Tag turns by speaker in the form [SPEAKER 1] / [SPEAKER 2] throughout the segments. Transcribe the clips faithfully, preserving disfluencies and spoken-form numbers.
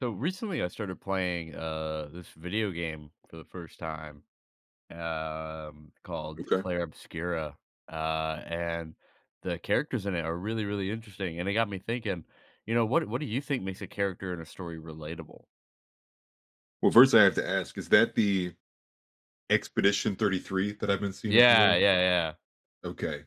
[SPEAKER 1] So recently, I started playing uh, this video game for the first time um, called
[SPEAKER 2] Okay.
[SPEAKER 1] Claire Obscura, uh, and the characters in it are really, really interesting. And it got me thinking, you know, what what do you think makes a character in a story relatable?
[SPEAKER 2] Well, first I have to ask, is that the Expedition thirty-three that I've been seeing
[SPEAKER 1] Yeah,
[SPEAKER 2] everywhere?
[SPEAKER 1] yeah, yeah.
[SPEAKER 2] Okay.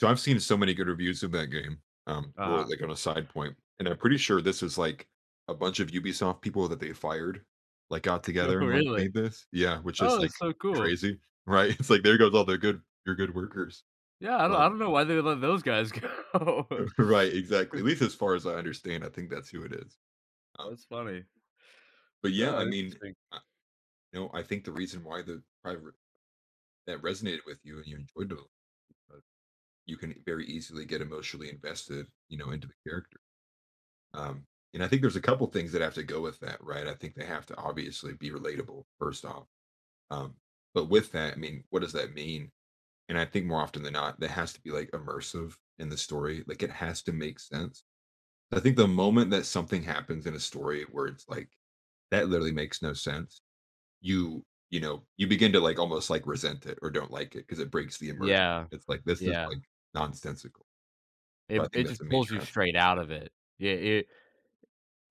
[SPEAKER 2] So I've seen so many good reviews of that game. Um, well,
[SPEAKER 1] Uh
[SPEAKER 2] like on a side point, and I'm pretty sure this is like a bunch of Ubisoft people that they fired, like got together and like
[SPEAKER 1] Really?
[SPEAKER 2] made this. Yeah, which is
[SPEAKER 1] Oh,
[SPEAKER 2] like
[SPEAKER 1] it's so cool.
[SPEAKER 2] crazy, right? It's like there goes all their good your good workers.
[SPEAKER 1] Yeah, I don't, I
[SPEAKER 2] Um,
[SPEAKER 1] don't know why they let those guys go.
[SPEAKER 2] right, exactly. At least as far as I understand, I think that's who it is. Um,
[SPEAKER 1] That's funny.
[SPEAKER 2] but yeah,
[SPEAKER 1] Oh,
[SPEAKER 2] I mean,
[SPEAKER 1] interesting.
[SPEAKER 2] I, you know, I think the reason why the private that resonated with you and you enjoyed it you can very easily get emotionally invested, you know, into the character. Um, and I think there's a couple things that have to go with that, right? I think they have to obviously be relatable first off. Um, but with that, I mean, what does that mean? And I think more often than not, that has to be like immersive in the story. Like it has to make sense. I think the moment that something happens in a story where it's like that literally makes no sense, you you know you begin to like almost like resent it or don't like it because it breaks the immersion.
[SPEAKER 1] Yeah,
[SPEAKER 2] It's like this is
[SPEAKER 1] yeah.
[SPEAKER 2] like nonsensical. So
[SPEAKER 1] It
[SPEAKER 2] I think
[SPEAKER 1] it
[SPEAKER 2] that's a
[SPEAKER 1] just pulls
[SPEAKER 2] major
[SPEAKER 1] you
[SPEAKER 2] aspect.
[SPEAKER 1] straight out of it. Yeah, it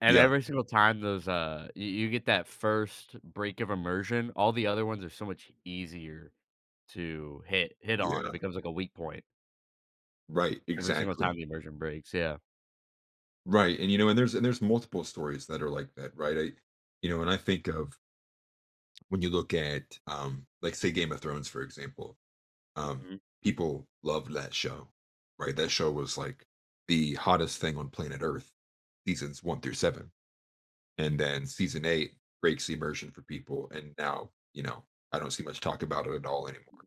[SPEAKER 1] And
[SPEAKER 2] Yeah,
[SPEAKER 1] every single time those, uh, you you get that first break of immersion, all the other ones are so much easier to hit hit on.
[SPEAKER 2] yeah,
[SPEAKER 1] It becomes like a weak point
[SPEAKER 2] right,
[SPEAKER 1] every single
[SPEAKER 2] exactly.
[SPEAKER 1] time the immersion breaks, yeah.
[SPEAKER 2] Right, and, you know, and there's and there's multiple stories that are like that, right? I You know, and I think of when you look at, um, like, say, Game of Thrones, for example, um,
[SPEAKER 1] Mhm,
[SPEAKER 2] people loved that show, right? That show was, like, the hottest thing on planet Earth, seasons one through seven. And then season eight breaks the immersion for people, and now you know I don't see much talk about it at all anymore.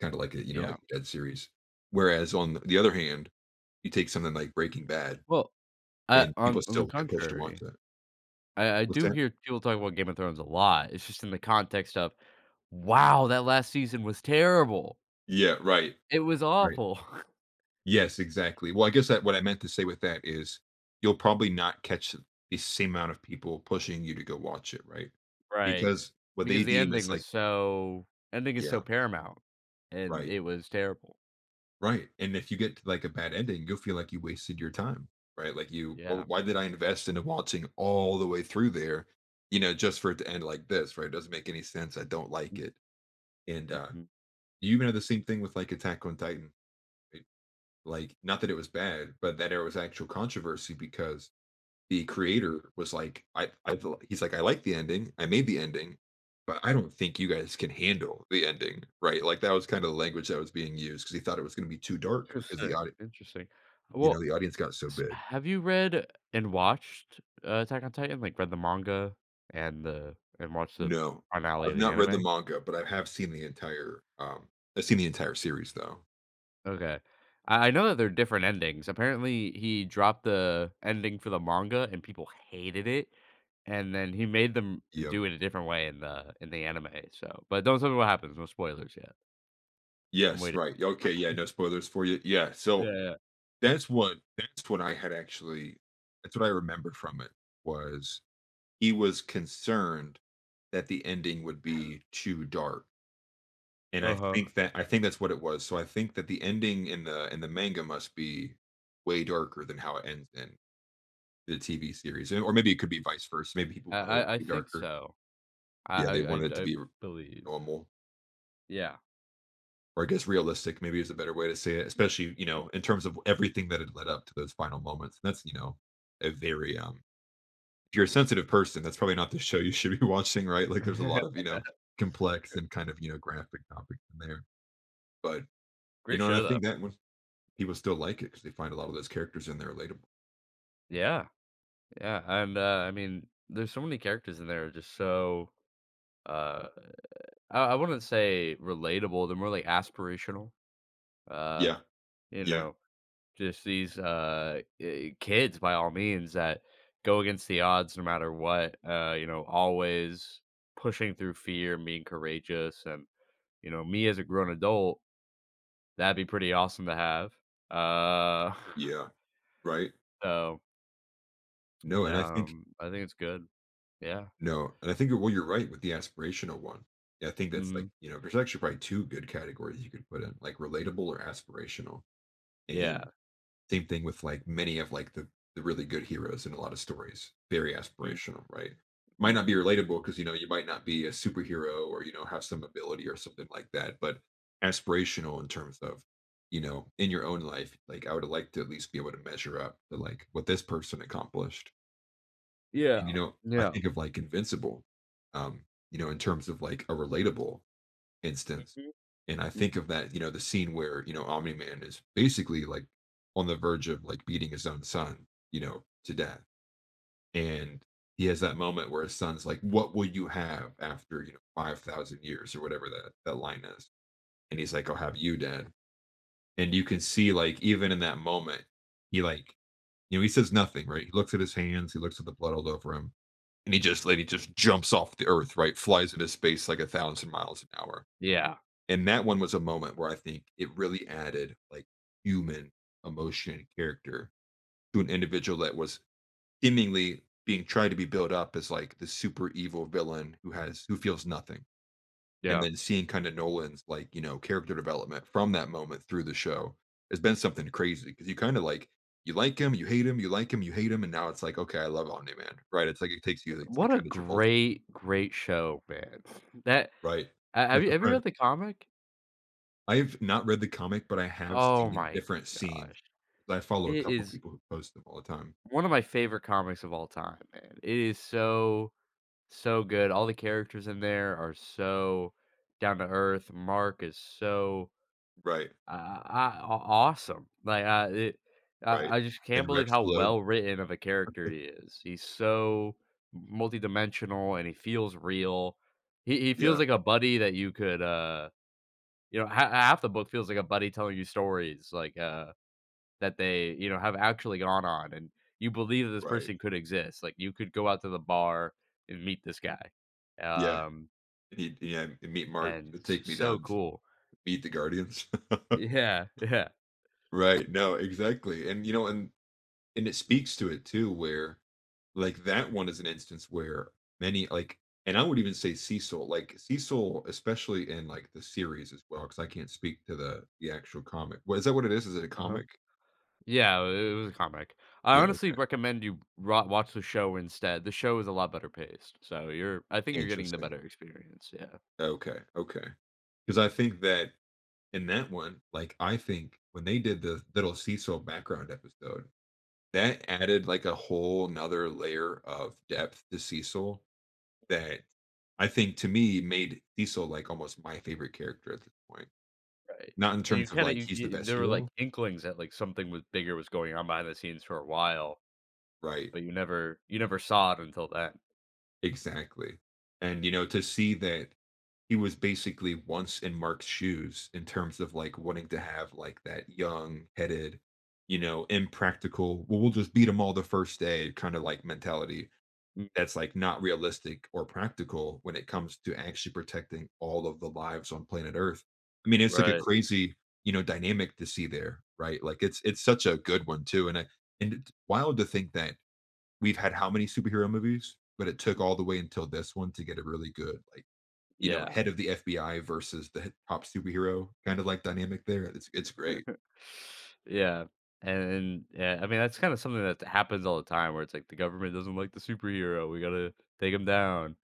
[SPEAKER 2] Kind of like a you know like
[SPEAKER 1] yeah.
[SPEAKER 2] a dead series. Whereas on the other hand, you take something like Breaking Bad,
[SPEAKER 1] Well, uh,
[SPEAKER 2] and people
[SPEAKER 1] on on the
[SPEAKER 2] still get pushed to watch
[SPEAKER 1] contrary,
[SPEAKER 2] that.
[SPEAKER 1] I I
[SPEAKER 2] What's
[SPEAKER 1] do
[SPEAKER 2] that?
[SPEAKER 1] hear people talk about Game of Thrones a lot. It's just in the context of, "Wow, that last season was terrible.
[SPEAKER 2] Yeah, right,
[SPEAKER 1] It was
[SPEAKER 2] right.
[SPEAKER 1] awful."
[SPEAKER 2] Yes, exactly. Well, I guess that what I meant to say with that is you'll probably not catch the same amount of people pushing you to go watch it, right?
[SPEAKER 1] Right,
[SPEAKER 2] Because what they
[SPEAKER 1] because the
[SPEAKER 2] deem
[SPEAKER 1] ending
[SPEAKER 2] is
[SPEAKER 1] was
[SPEAKER 2] like,
[SPEAKER 1] so ending is
[SPEAKER 2] yeah,
[SPEAKER 1] so paramount, and
[SPEAKER 2] right.
[SPEAKER 1] it was terrible.
[SPEAKER 2] Right, and if you get to, like, a bad ending, you'll feel like you wasted your time, right? Like, you "Well,
[SPEAKER 1] Yeah.
[SPEAKER 2] why did I invest into watching all the way through there, you know, just for it to end like this, right? It doesn't make any sense, I don't like
[SPEAKER 1] Mm,
[SPEAKER 2] it." And, uh,
[SPEAKER 1] mhm.
[SPEAKER 2] you even had the same thing with, like, Attack on Titan, right? Like, not that it was bad, but that there was actual controversy because the creator was like, "I I feel" he's like, "I like the ending, I made the ending, but I don't think you guys can handle the ending," right? Like, that was kinda the language that was being used because he thought it was gonna be too dark because the
[SPEAKER 1] Interesting,
[SPEAKER 2] audience.
[SPEAKER 1] interesting.
[SPEAKER 2] You know,
[SPEAKER 1] Well,
[SPEAKER 2] the audience got so
[SPEAKER 1] s
[SPEAKER 2] big.
[SPEAKER 1] have you read and watched, uh, Attack on Titan? Like, read the manga and the and watched the
[SPEAKER 2] No,
[SPEAKER 1] finale
[SPEAKER 2] I've
[SPEAKER 1] of the
[SPEAKER 2] not read the
[SPEAKER 1] anime?
[SPEAKER 2] manga, but I have seen the entire, um I've seen the entire series though.
[SPEAKER 1] Okay. I I know that they're different endings. Apparently, he dropped the ending for the manga and people hated it, and then he made them
[SPEAKER 2] Yep.
[SPEAKER 1] do it a different way in the in the anime, so but don't tell me what happens, no spoilers yet. I'm
[SPEAKER 2] Yes,
[SPEAKER 1] waiting.
[SPEAKER 2] right. Okay, yeah, no spoilers for you. Yeah,
[SPEAKER 1] Yeah,
[SPEAKER 2] so
[SPEAKER 1] yeah.
[SPEAKER 2] that's what that's what I had actually that's what I remembered from it was he was concerned that the ending would be too dark. And I
[SPEAKER 1] Uh-huh.
[SPEAKER 2] think that I think that's what it was. So I think that the ending in the in the manga must be way darker than how it ends in. The T V series, and or maybe it could be vice versa. Maybe people
[SPEAKER 1] I
[SPEAKER 2] wanted it to
[SPEAKER 1] I I
[SPEAKER 2] be
[SPEAKER 1] think
[SPEAKER 2] darker.
[SPEAKER 1] so. I
[SPEAKER 2] Yeah,
[SPEAKER 1] I
[SPEAKER 2] they
[SPEAKER 1] I
[SPEAKER 2] wanted it to
[SPEAKER 1] I
[SPEAKER 2] be
[SPEAKER 1] believe.
[SPEAKER 2] normal,
[SPEAKER 1] Yeah.
[SPEAKER 2] or I guess realistic maybe is a better way to say it, especially, you know, in terms of everything that had led up to those final moments. And that's, you know, a very, um if you're a sensitive person, that's probably not the show you should be watching, right? Like, there's a lot of, you know, complex and kind of, you know, graphic topics in there. But, you
[SPEAKER 1] Great
[SPEAKER 2] know, and I
[SPEAKER 1] show though.
[SPEAKER 2] think that one people still like it because they find a lot of those characters in there relatable.
[SPEAKER 1] Yeah, yeah, and, uh, I mean, there's so many characters in there just so, uh, I I wouldn't say relatable, they're more like aspirational, uh,
[SPEAKER 2] Yeah,
[SPEAKER 1] you
[SPEAKER 2] yeah,
[SPEAKER 1] know, just these, uh, eh, kids by all means that go against the odds no matter what, uh, you know, always pushing through fear and being courageous and, you know, me as a grown adult, that'd be pretty awesome to have, uh,
[SPEAKER 2] yeah, right?
[SPEAKER 1] so,
[SPEAKER 2] No, and I think
[SPEAKER 1] um, I think it's good. Yeah.
[SPEAKER 2] No, and I think well, you're right with the aspirational one. Yeah, I think that's like,
[SPEAKER 1] Mhm.
[SPEAKER 2] you know, there's actually probably two good categories you could put in, like relatable or aspirational.
[SPEAKER 1] Yeah.
[SPEAKER 2] And same thing with like many of like the the really good heroes in a lot of stories, very
[SPEAKER 1] Mm.
[SPEAKER 2] aspirational, right? Might
[SPEAKER 1] Mm.
[SPEAKER 2] not be relatable because you know you might not be a superhero or you know have some ability or something like that, but aspirational in terms of you know in your own life, like I would like to at least be able to measure up to like what this person accomplished and,
[SPEAKER 1] Yeah,
[SPEAKER 2] you know, I
[SPEAKER 1] yeah.
[SPEAKER 2] think of, like, Invincible, um, you know, in terms of, like, a relatable instance,
[SPEAKER 1] Mhm,
[SPEAKER 2] and I
[SPEAKER 1] mm.
[SPEAKER 2] think of that, you know, the scene where, you know, Omni-Man is basically, like, on the verge of, like, beating his own son, you know, to death, and he has that moment where his son's like, "What will you have after, you know, five thousand years?" Or whatever that that line is, and he's like, "I'll have you, Dad," and you can see, like, even in that moment, he, like you know, he says nothing, right? He looks at his hands, he looks at the blood all over him, and he just and he just jumps off the earth, right? Flies into space like a thousand miles an hour.
[SPEAKER 1] Yeah,
[SPEAKER 2] And that one was a moment where I think it really added like human emotion and character to an individual that was seemingly being tried to be built up as like the super evil villain who has who feels nothing. And
[SPEAKER 1] yeah.
[SPEAKER 2] then seeing kind of Nolan's like, you know, character development from that moment through the show has been something crazy because you kind of like you like him, you hate him, you like him, you hate him, and now it's like, okay, I love Omni Man, right? It's like it takes you, it's like
[SPEAKER 1] What a
[SPEAKER 2] kind of Travolta
[SPEAKER 1] great, great show, man. That
[SPEAKER 2] right.
[SPEAKER 1] ha
[SPEAKER 2] This
[SPEAKER 1] have you
[SPEAKER 2] is
[SPEAKER 1] have you
[SPEAKER 2] right.
[SPEAKER 1] read the comic?
[SPEAKER 2] I've not read the comic, but I have
[SPEAKER 1] Oh
[SPEAKER 2] seen
[SPEAKER 1] my
[SPEAKER 2] different scenes.
[SPEAKER 1] gosh.
[SPEAKER 2] I follow a
[SPEAKER 1] It
[SPEAKER 2] couple
[SPEAKER 1] is
[SPEAKER 2] people who post them all the time.
[SPEAKER 1] one of my favorite comics of all time, man. It is so, so good. All the characters in there are so down to earth. Mark is so
[SPEAKER 2] Right,
[SPEAKER 1] Uh, I aw awesome. Like, I it
[SPEAKER 2] right.
[SPEAKER 1] I I just
[SPEAKER 2] And
[SPEAKER 1] can't believe how
[SPEAKER 2] Rexplode.
[SPEAKER 1] well written of a character he is. He's so multidimensional and he feels real. He he
[SPEAKER 2] Yeah,
[SPEAKER 1] feels like a buddy that you could, uh you know, ha half the book feels like a buddy telling you stories, like, uh, that they, you know, have actually gone on, and you believe that this
[SPEAKER 2] right.
[SPEAKER 1] person could exist. Like, you could go out to the bar and meet this guy.
[SPEAKER 2] Yeah.
[SPEAKER 1] Um,
[SPEAKER 2] And he yeah, and meet Mark,
[SPEAKER 1] and
[SPEAKER 2] he'll
[SPEAKER 1] s
[SPEAKER 2] take me
[SPEAKER 1] so
[SPEAKER 2] down to
[SPEAKER 1] cool.
[SPEAKER 2] meet the Guardians.
[SPEAKER 1] Yeah, yeah.
[SPEAKER 2] Right, no, exactly, and, you know, and and it speaks to it too where like that one is an instance where many like and I would even say cecil like Cecil especially in like the series as well because I can't speak to the the actual comic well, is that what it is is it a
[SPEAKER 1] Uh-huh.
[SPEAKER 2] comic?
[SPEAKER 1] Yeah, it was a comic. I
[SPEAKER 2] Yeah,
[SPEAKER 1] honestly
[SPEAKER 2] okay,
[SPEAKER 1] recommend you ro watch the show instead. The show is a lot better paced, so you're I think you're getting the
[SPEAKER 2] interesting,
[SPEAKER 1] better experience, yeah.
[SPEAKER 2] okay, okay, because I think that in that one like I think when they did the little Cecil background episode that added like a whole nother layer of depth to Cecil. That I think to me made Diesel like almost my favorite character at this point.
[SPEAKER 1] Right.
[SPEAKER 2] Not in
[SPEAKER 1] And you
[SPEAKER 2] terms of
[SPEAKER 1] kinda
[SPEAKER 2] like
[SPEAKER 1] you
[SPEAKER 2] he's the
[SPEAKER 1] you
[SPEAKER 2] best
[SPEAKER 1] there were, like,
[SPEAKER 2] hero,
[SPEAKER 1] inklings that, like, something was bigger was going on behind the scenes for a while,
[SPEAKER 2] right?
[SPEAKER 1] but you never you never saw it until then.
[SPEAKER 2] Exactly. And you know, to see that he was basically once in Mark's shoes in terms of like wanting to have like that young headed, you know, impractical, well, we'll just beat them all the first day kind of like mentality.
[SPEAKER 1] Mm.
[SPEAKER 2] That's like not realistic or practical when it comes to actually protecting all of the lives on planet Earth. I mean, it's like a
[SPEAKER 1] Right,
[SPEAKER 2] crazy, you know, dynamic to see there, right? Like it's it's such a good one too. And I and it's wild to think that we've had how many superhero movies, but it took all the way until this one to get a really good, like, you know,
[SPEAKER 1] yeah.
[SPEAKER 2] head of the F B I versus the h- top superhero kind of like dynamic there. It's it's great.
[SPEAKER 1] Yeah, and yeah, I mean, that's kinda something that happens all the time where it's like, the government doesn't like the superhero, we gotta take him down.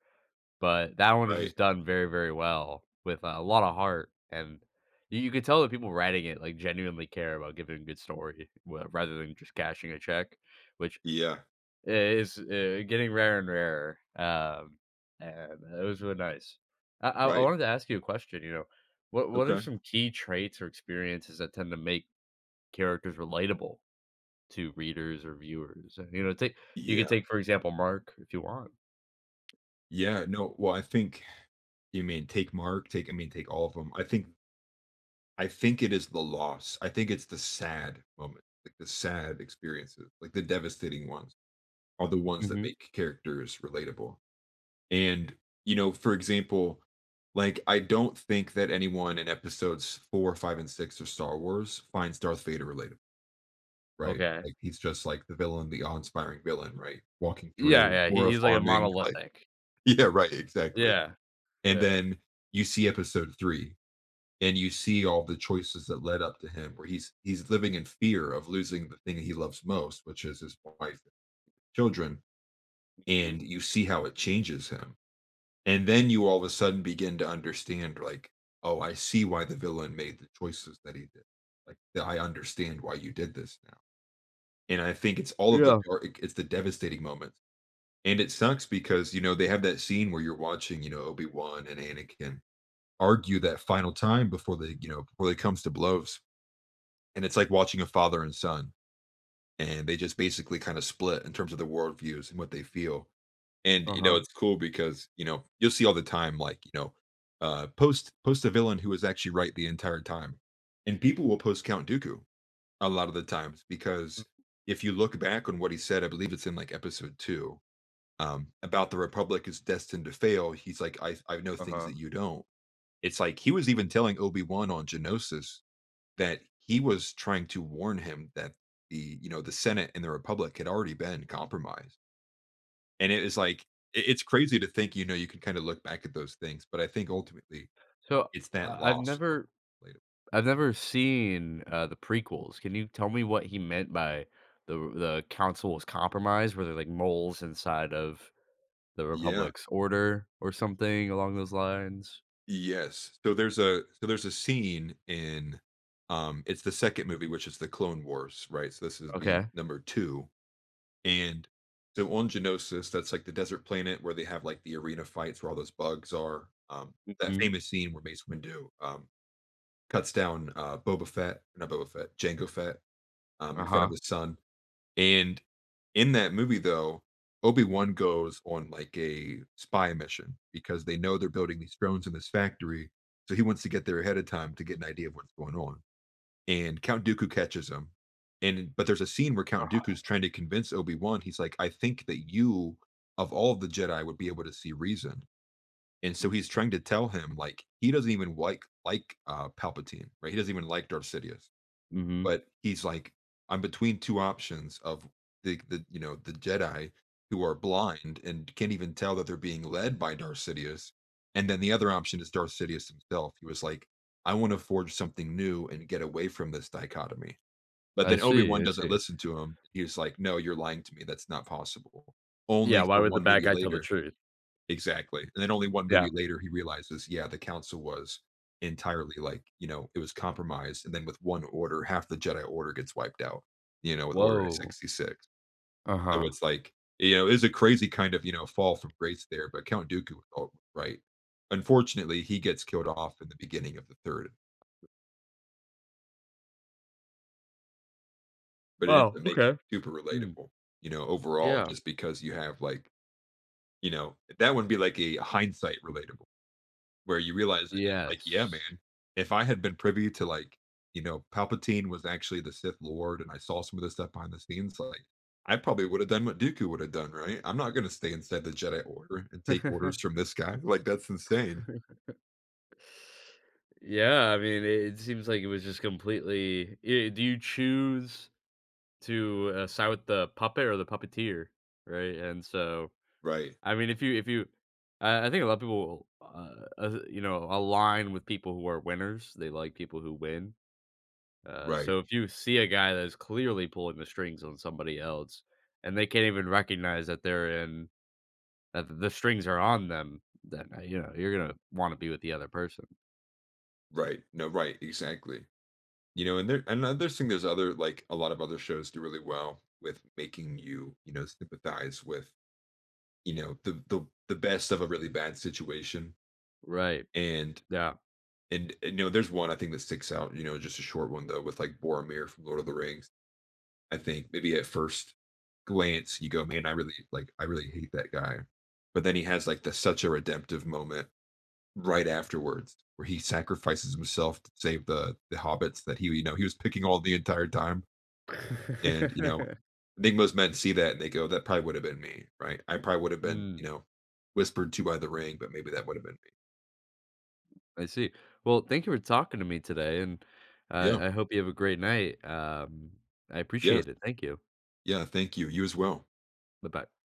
[SPEAKER 1] But that one is
[SPEAKER 2] Right.
[SPEAKER 1] just done very, very well with uh, a lot of heart, and you you could tell that people writing it, like, genuinely care about giving a good story wa rather than just cashing a check, which
[SPEAKER 2] Yeah.
[SPEAKER 1] is, uh, getting rarer and rarer, um, and it was really nice. I I I
[SPEAKER 2] Right.
[SPEAKER 1] wanted to ask you a question, you know, what what are
[SPEAKER 2] Okay.
[SPEAKER 1] some key traits or experiences that tend to make characters relatable to readers or viewers? You know, take you
[SPEAKER 2] Yeah.
[SPEAKER 1] could take, for example, Mark if you want.
[SPEAKER 2] Yeah, no, well, I think you mean take Mark, take I mean take all of them. I think I think it is the loss. I think it's the sad moment, like the sad experiences, like the devastating ones are the ones that
[SPEAKER 1] Mhm.
[SPEAKER 2] make characters relatable. And, you know, for example, like I don't think that anyone in episodes four, five, and six of Star Wars finds Darth Vader relatable, right?
[SPEAKER 1] Okay.
[SPEAKER 2] Like he's just like the villain, the awe-inspiring villain, right? Walking
[SPEAKER 1] Yeah,
[SPEAKER 2] through
[SPEAKER 1] yeah, he
[SPEAKER 2] aura
[SPEAKER 1] he's like a
[SPEAKER 2] farming, like
[SPEAKER 1] monolithic.
[SPEAKER 2] yeah, right, exactly.
[SPEAKER 1] Yeah.
[SPEAKER 2] And
[SPEAKER 1] Yeah.
[SPEAKER 2] then you see episode three, and you see all the choices that led up to him, where he's he's living in fear of losing the thing he loves most, which is his wife and children,
[SPEAKER 1] Mhm.
[SPEAKER 2] and you see how it changes him. And then you all of a sudden begin to understand, like, oh, I see why the villain made the choices that he did. Like, I understand why you did this now. And I think it's all of the
[SPEAKER 1] Yeah.
[SPEAKER 2] dark, it's the devastating moments. And it sucks because, you know, they have that scene where you're watching, you know, Obi-Wan and Anakin argue that final time before they, you know, before it comes to blows. And it's like watching a father and son, and they just basically kind of split in terms of their worldviews and what they feel. And, you know,
[SPEAKER 1] Uh-huh,
[SPEAKER 2] it's cool because, you know, you'll see all the time, like, you know, uh post post a villain who was actually right the entire time. And people will post Count Dooku a lot of the times because, if you look back on what he said, I believe it's in like episode two, um about the Republic is destined to fail. He's like, I i know things
[SPEAKER 1] uh-huh.
[SPEAKER 2] that you don't. It's like he was even telling Obi-Wan on Genosis that he was trying to warn him that the, you know, the Senate and the Republic had already been compromised. And it is like, it- it's crazy to think, you know, you can kind of look back at those things, but I think ultimately
[SPEAKER 1] So,
[SPEAKER 2] it's that
[SPEAKER 1] I I've
[SPEAKER 2] loss.
[SPEAKER 1] never I've never seen, uh, the prequels. Can you tell me what he meant by the the council was compromised? Were there, like, moles inside of the
[SPEAKER 2] Yeah.
[SPEAKER 1] Republic's order or something along those lines?
[SPEAKER 2] Yes. So there's a, so there's a scene in, um it's the second movie, which is the Clone Wars, right? So this is the
[SPEAKER 1] Okay.
[SPEAKER 2] number two. And so on Genosis, that's like the desert planet where they have like the arena fights where all those bugs are. Um that
[SPEAKER 1] Mhm.
[SPEAKER 2] famous scene where Mace Windu, um cuts down, uh, Boba Fett, not Boba Fett, Jango Fett, um, in front of
[SPEAKER 1] Uh-huh.
[SPEAKER 2] his son. And in that movie, though, Obi-Wan goes on, like, a spy mission because they know they're building these drones in this factory, so he wants to get there ahead of time to get an idea of what's going on, and Count Dooku catches him. And but there's a scene where Count
[SPEAKER 1] Uh-huh.
[SPEAKER 2] Dooku's trying to convince Obi-Wan. He's like, "I think that you, of all of the Jedi, would be able to see reason." And so he's trying to tell him, like, he doesn't even like, like uh Palpatine, right? He doesn't even like Darth Sidious.
[SPEAKER 1] Mhm.
[SPEAKER 2] But he's like, I'm between two options of the the, you know, the Jedi, who are blind and can't even tell that they're being led by Darth Sidious. And then the other option is Darth Sidious himself. He was like, I want to forge something new and get away from this dichotomy. But
[SPEAKER 1] I
[SPEAKER 2] then Obi
[SPEAKER 1] see,
[SPEAKER 2] Wan
[SPEAKER 1] I
[SPEAKER 2] doesn't
[SPEAKER 1] see.
[SPEAKER 2] listen to him. He's like, no, you're lying to me. That's not possible.
[SPEAKER 1] Yeah,
[SPEAKER 2] Only
[SPEAKER 1] why
[SPEAKER 2] for
[SPEAKER 1] would the
[SPEAKER 2] one
[SPEAKER 1] bad
[SPEAKER 2] movie
[SPEAKER 1] guy tell the
[SPEAKER 2] later.
[SPEAKER 1] truth?
[SPEAKER 2] Exactly, and then only one
[SPEAKER 1] Yeah.
[SPEAKER 2] movie later, he realizes, yeah, the council was entirely, like, you know, it was compromised, and then with one order, half the Jedi Order gets wiped out, you know, with Order
[SPEAKER 1] Whoa.
[SPEAKER 2] sixty-six. So
[SPEAKER 1] Uh-huh.
[SPEAKER 2] it's like, you know, it's a crazy kind of, you know, fall from grace there, but Count Dooku was all right. Unfortunately, he gets killed off in the beginning of the third, but it ends
[SPEAKER 1] Wow,
[SPEAKER 2] up making
[SPEAKER 1] okay.
[SPEAKER 2] it super
[SPEAKER 1] Mm,
[SPEAKER 2] relatable, you know, overall,
[SPEAKER 1] yeah.
[SPEAKER 2] just because you have, like, you know, that would be like a hindsight relatable. Where you realize it, it's like, yeah,
[SPEAKER 1] Yes.
[SPEAKER 2] man, if I had been privy to, like, you know, Palpatine was actually the Sith Lord and I saw some of the stuff behind the scenes, like, I probably would have done what Dooku would have done, right? I'm not gonna stay inside the Jedi Order and take orders from this guy. Like, that's insane.
[SPEAKER 1] Yeah, I mean, it it seems like it was just completely eh, do you choose to, uh, side with the puppet or the puppeteer, right? And so,
[SPEAKER 2] Right,
[SPEAKER 1] I mean, if you if you I I think a lot of people, uh, uh, you know, align with people who are winners. They like people who win. Uh,
[SPEAKER 2] right,
[SPEAKER 1] so if you see a guy that is clearly pulling the strings on somebody else, and they can't even recognize that they're in Uh, the strings are on them, then, uh, you know, you're gonna wanna be with the other person.
[SPEAKER 2] right. No, right, exactly. You know, and there, another thing, there's other, like, a lot of other shows do really well with making you, you know, sympathize with, you know, the the the best of a really bad situation.
[SPEAKER 1] Right.
[SPEAKER 2] And.
[SPEAKER 1] Yeah.
[SPEAKER 2] And, and you know, there's one I think that sticks out. You know, just a short one, though, with like Boromir from Lord of the Rings. I think maybe at first glance you go, man, I really like, I really hate that guy. But then he has like the such a redemptive moment right afterwards where he sacrifices himself to save the the hobbits that he, you know, he was picking all the entire time. And you know, I think most men see that and they go, that probably would have been me, right? I probably would have been,
[SPEAKER 1] Mm,
[SPEAKER 2] you know, whispered to by the ring, but maybe that would have been me.
[SPEAKER 1] I see. Well, thank you for talking to me today, and
[SPEAKER 2] Yeah.
[SPEAKER 1] I I hope you have a great night. Um, I
[SPEAKER 2] Yes.
[SPEAKER 1] appreciate it. Thank you.
[SPEAKER 2] Yeah. Thank you. You as well.
[SPEAKER 1] Bye-bye.